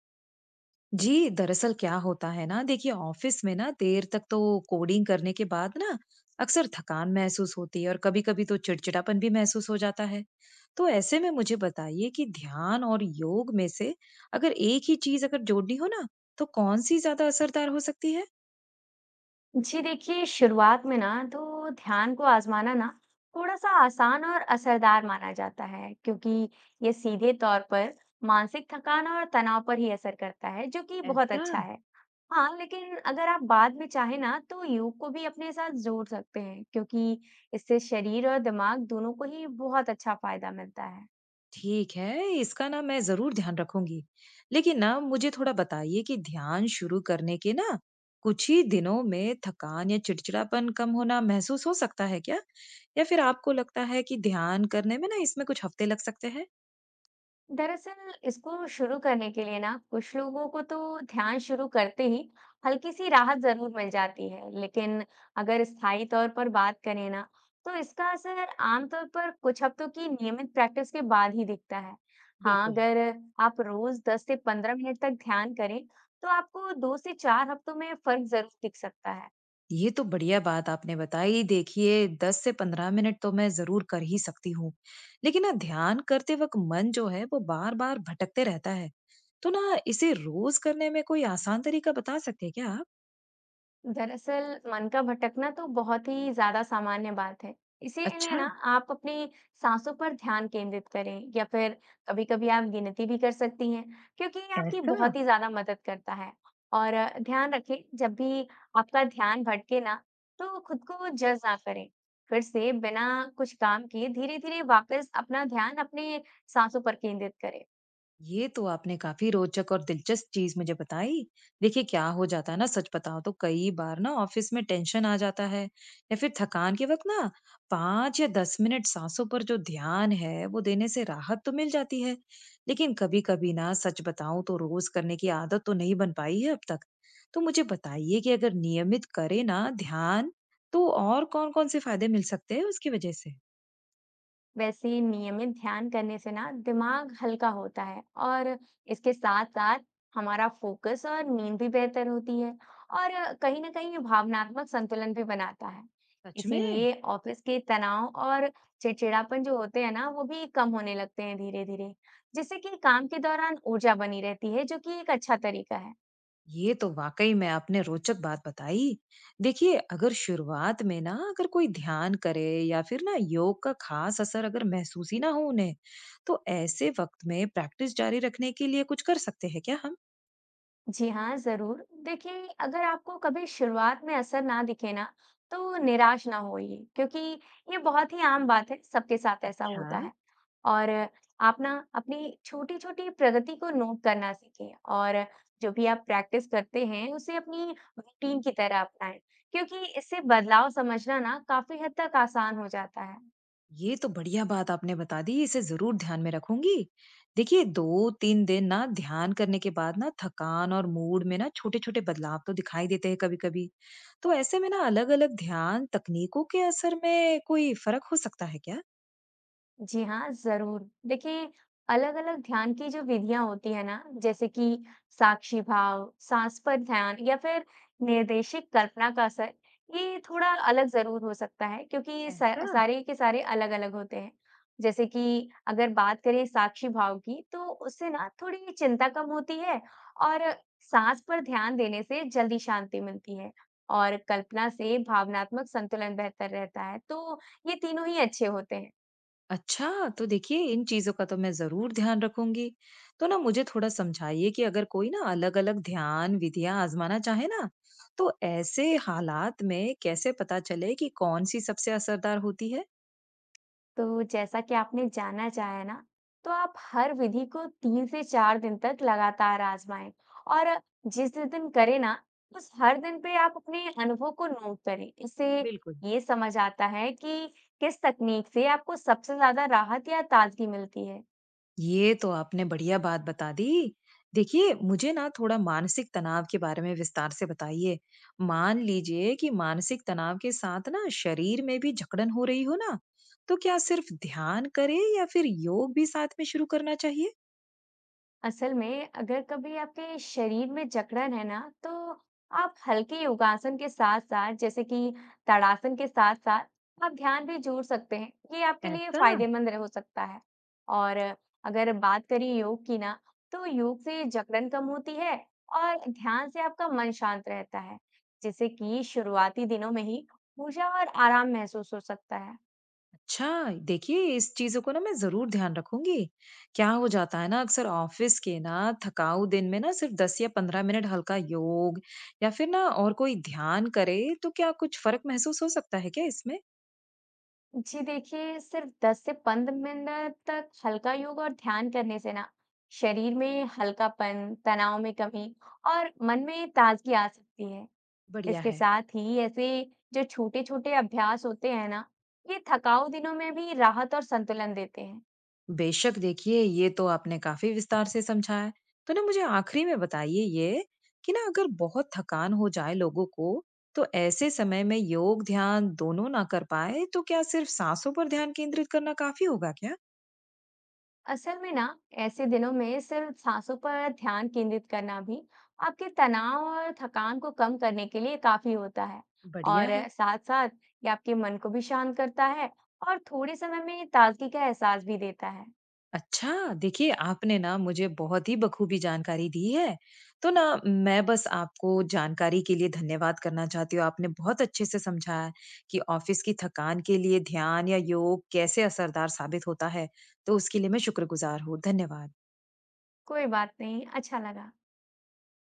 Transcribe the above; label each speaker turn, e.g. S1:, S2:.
S1: जी, दरअसल क्या होता है ना देखिए ऑफिस में ना देर तक तो कोडिंग करने के बाद ना अक्सर थकान महसूस होती है और कभी-कभी तो चिड़चिड़ापन भी महसूस हो जाता है। तो ऐसे में मुझे बताइए कि ध्यान और योग में से अगर एक ही चीज़ अगर जोड़नी हो ना, तो कौन-सी ज़्यादा असरदार हो सकती है?
S2: जी देखिए, शुरुआत में ना तो ध्यान को आजमाना ना थोड़ा सा आसान और असरदार माना जाता है। क्योंकि ये सीधे तौर पर मानसिक थकान और तनाव पर ही असर करता है, जो कि बहुत
S1: ऐसा।
S2: अच्छा है। हाँ, लेकिन अगर आप बाद में चाहें ना तो योग को भी अपने साथ जोड़ सकते हैं। क्योंकि इससे शरीर और दिमाग दोनों को ही बहुत अच्छा फायदा मिलता है।
S1: ठीक है, इसका ना मैं ज़रूर ध्यान रखूँगी। लेकिन ना मुझे थोड़ा बताइए कि ध्यान शुरू करने के ना कुछ ही दिनों में थकान या चिड़चिड़ापन कम होना महसूस हो सकता है क्या? या फिर आपको लगता है कि ध्यान करने में ना इसमें कुछ हफ़्ते लग सकते हैं?
S2: दरअसल, इसको शुरू करने के लिए ना कुछ लोगों को तो ध्यान शुरू करते ही हल्की सी राहत जरूर मिल जाती है। लेकिन अगर स्थायी तौर पर बात करें ना, तो इसका असर आमतौर पर कुछ हफ्तों की नियमित प्रैक्टिस के बाद ही दिखता है। हाँ,
S1: बिल्कुल।
S2: अगर आप रोज 10 से 15 मिनट तक ध्यान करें, तो आपको 2 से 4 हफ्तों में फर्क जरूर दिख सकता है।
S1: ये तो बढ़िया बात आपने बताई। देखिए 10 से 15 मिनट तो मैं ज़रूर कर ही सकती हूँ। लेकिन ना ध्यान करते वक़्त मन जो है वो बार-बार भटकते रहता है। तो ना इसे रोज़ करने में कोई आसान तरीका बता सकते हैं क्या आप?
S2: दरअसल, मन का भटकना तो बहुत ही ज्यादा सामान्य बात है। इसीलिए
S1: अच्छा।
S2: ना आप अपनी सांसों पर ध्यान केंद्रित करें, या फिर कभी कभी आप गिनती भी कर सकती हैं। क्योंकि ये आपकी
S1: ऐसा।
S2: बहुत ही ज्यादा मदद करता है। और ध्यान रखें, जब भी आपका ध्यान भटके ना, तो खुद को जज ना करें। फिर से बिना कुछ काम किए धीरे धीरे वापस अपना ध्यान अपने सांसों पर केंद्रित करें।
S1: ये तो आपने काफी रोचक और दिलचस्प चीज मुझे बताई। देखिए क्या हो जाता है ना सच बताओ तो कई बार ना ऑफिस में टेंशन आ जाता है या फिर थकान के वक्त ना 5 या 10 मिनट सांसों पर जो ध्यान है वो देने से राहत तो मिल जाती है। लेकिन कभी कभी ना सच बताऊं तो रोज करने की आदत तो नहीं बन पाई है अब तक। तो मुझे बताइए कि अगर नियमित करे ना ध्यान तो और कौन कौन से फायदे मिल सकते हैं उसकी वजह से।
S2: वैसे ही, नियमित ध्यान करने से ना दिमाग हल्का होता है। और इसके साथ साथ हमारा फोकस और नींद भी बेहतर होती है। और कहीं ना कहीं ये भावनात्मक संतुलन भी बनाता है।
S1: सच में।
S2: इसीलिए ऑफिस के तनाव और चिड़चिड़ापन जो होते हैं ना, वो भी कम होने लगते हैं धीरे धीरे। जिससे कि काम के दौरान ऊर्जा बनी रहती है, जो कि एक अच्छा तरीका है।
S1: ये तो वाकई में आपने रोचक बात बताई। देखिए, अगर शुरुआत में ना अगर कोई ध्यान करे या फिर ना योग का खास असर अगर महसूस ही ना हो उन्हें, तो ऐसे वक्त में प्रैक्टिस जारी रखने के लिए कुछ कर सकते हैं क्या हम?
S2: जी हाँ, ज़रूर। देखिए, अगर आपको कभी शुरुआत में असर ना दिखे ना, तो निराश ना होइए। क्योंकि ये बहुत ही आम बात है, सबके साथ ऐसा
S1: अच्छा।
S2: होता है। और आप ना अपनी छोटी-छोटी प्रगति को नोट करना सीखें। और जो भी आप प्रैक्टिस करते हैं, उसे अपनी रूटीन की तरह अपनाएं। क्योंकि इससे बदलाव समझना ना काफ़ी हद तक आसान हो जाता है।
S1: ये तो बढ़िया बात आपने बता दी, इसे जरूर ध्यान में रखूंगी। देखिए 2 3 दिन ना ध्यान करने के बाद ना थकान और मूड में ना छोटे छोटे बदलाव तो दिखाई देते हैं कभी कभी। तो ऐसे में ना अलग अलग ध्यान तकनीकों के असर में कोई फर्क हो सकता है क्या?
S2: जी हाँ, ज़रूर। देखिए, अलग-अलग ध्यान की जो विधियाँ होती हैं ना, जैसे कि साक्षी भाव, सांस पर ध्यान, या फिर निर्देशित कल्पना का असर, ये थोड़ा अलग ज़रूर हो सकता है। क्योंकि ये स
S1: ऐसा?
S2: सारे के सारे अलग-अलग होते हैं। जैसे कि अगर बात करें साक्षी भाव की, तो उससे ना थोड़ी चिंता कम होती है। और सांस पर ध्यान देने से जल्दी शांति मिलती है। और कल्पना से भावनात्मक संतुलन बेहतर रहता है। तो ये तीनों ही अच्छे होते हैं।
S1: अच्छा, तो देखिए इन चीज़ों का तो मैं ज़रूर ध्यान रखूँगी। तो ना मुझे थोड़ा समझाइए कि अगर कोई ना अलग-अलग ध्यान विधियाँ आज़माना चाहे ना, तो ऐसे हालात में कैसे पता चले कि कौन-सी सबसे असरदार होती है?
S2: तो जैसा कि आपने जाना चाहे ना, तो आप हर विधि को 3 से 4 दिन तक लगातार आज़माएँ। और जिस जिस दिन करें ना, उस हर दिन पे आप अपने अनुभव को नोट करें। इससे
S1: बिल्कुल।
S2: ये समझ आता है कि किस तकनीक से आपको सबसे ज़्यादा राहत या ताज़गी मिलती है।
S1: ये तो आपने बढ़िया बात बता दी। देखिए, मुझे ना थोड़ा मानसिक तनाव के बारे में विस्तार से बताइए। मान लीजिए कि मानसिक तनाव के साथ ना शरीर में भी जकड़न हो रही हो ना, तो क्या सिर्फ ध्यान करें या फिर योग भी साथ में शुरू करना चाहिए?
S2: असल में, अगर कभी आपके शरीर में जकड़न है ना, तो आप हल्के योगासन के साथ साथ, जैसे कि ताड़ासन के साथ साथ आप ध्यान भी जोड़ सकते हैं। ये आपके लिए
S1: ऐसा?
S2: फायदेमंद हो सकता है। और अगर बात करें योग की ना, तो योग से जकड़न कम होती है। और ध्यान से आपका मन शांत रहता है। जिससे कि शुरुआती दिनों में ही ऊर्जा और आराम महसूस हो सकता है।
S1: अच्छा, देखिए इस चीज़ों को ना मैं ज़रूर ध्यान रखूँगी। क्या हो जाता है ना अक्सर ऑफ़िस के ना थकाऊ दिन में ना सिर्फ़ 10 या 15 मिनट हल्का योग या फ़िर ना और कोई ध्यान करे तो क्या कुछ फ़र्क महसूस हो सकता है क्या इसमें?
S2: जी देखिए, सिर्फ 10 से 15 मिनट तक हल्का योग और ध्यान करने से ना शरीर में हल्कापन, तनाव में कमी और मन में ताजगी आ सकती है।
S1: बढ़िया
S2: इसके
S1: है।
S2: साथ ही ऐसे जो छोटे छोटे अभ्यास होते हैं ना, ये थकाऊ दिनों में भी राहत और संतुलन देते हैं।
S1: बेशक, देखिए ये तो आपने काफ़ी विस्तार से समझाया। तो ना मुझे आख़िरी में बताइए ये कि ना अगर बहुत थकान हो जाए लोगों को तो ऐसे समय में योग, ध्यान दोनों ना कर पाएँ तो क्या सिर्फ़ साँसों पर ध्यान केंद्रित करना काफ़ी होगा क्या?
S2: असल में ना ऐसे दिनों में सिर्फ सांसों पर ध्यान केंद्रित करना भी आपके तनाव और थकान को कम करने के लिए काफी होता है।
S1: बढ़िया
S2: और
S1: है।
S2: साथ साथ ये आपके मन को भी शांत करता है। और थोड़े समय में ताजगी का एहसास भी देता है।
S1: अच्छा, देखिए आपने ना मुझे बहुत ही बखूबी जानकारी दी है। तो ना मैं बस आपको जानकारी के लिए धन्यवाद करना चाहती हूँ। आपने बहुत अच्छे से समझाया है कि ऑफ़िस की थकान के लिए ध्यान या योग कैसे असरदार साबित होता है। तो उसके लिए मैं शुक्रगुज़ार हूँ। धन्यवाद।
S2: कोई बात नहीं, अच्छा लगा।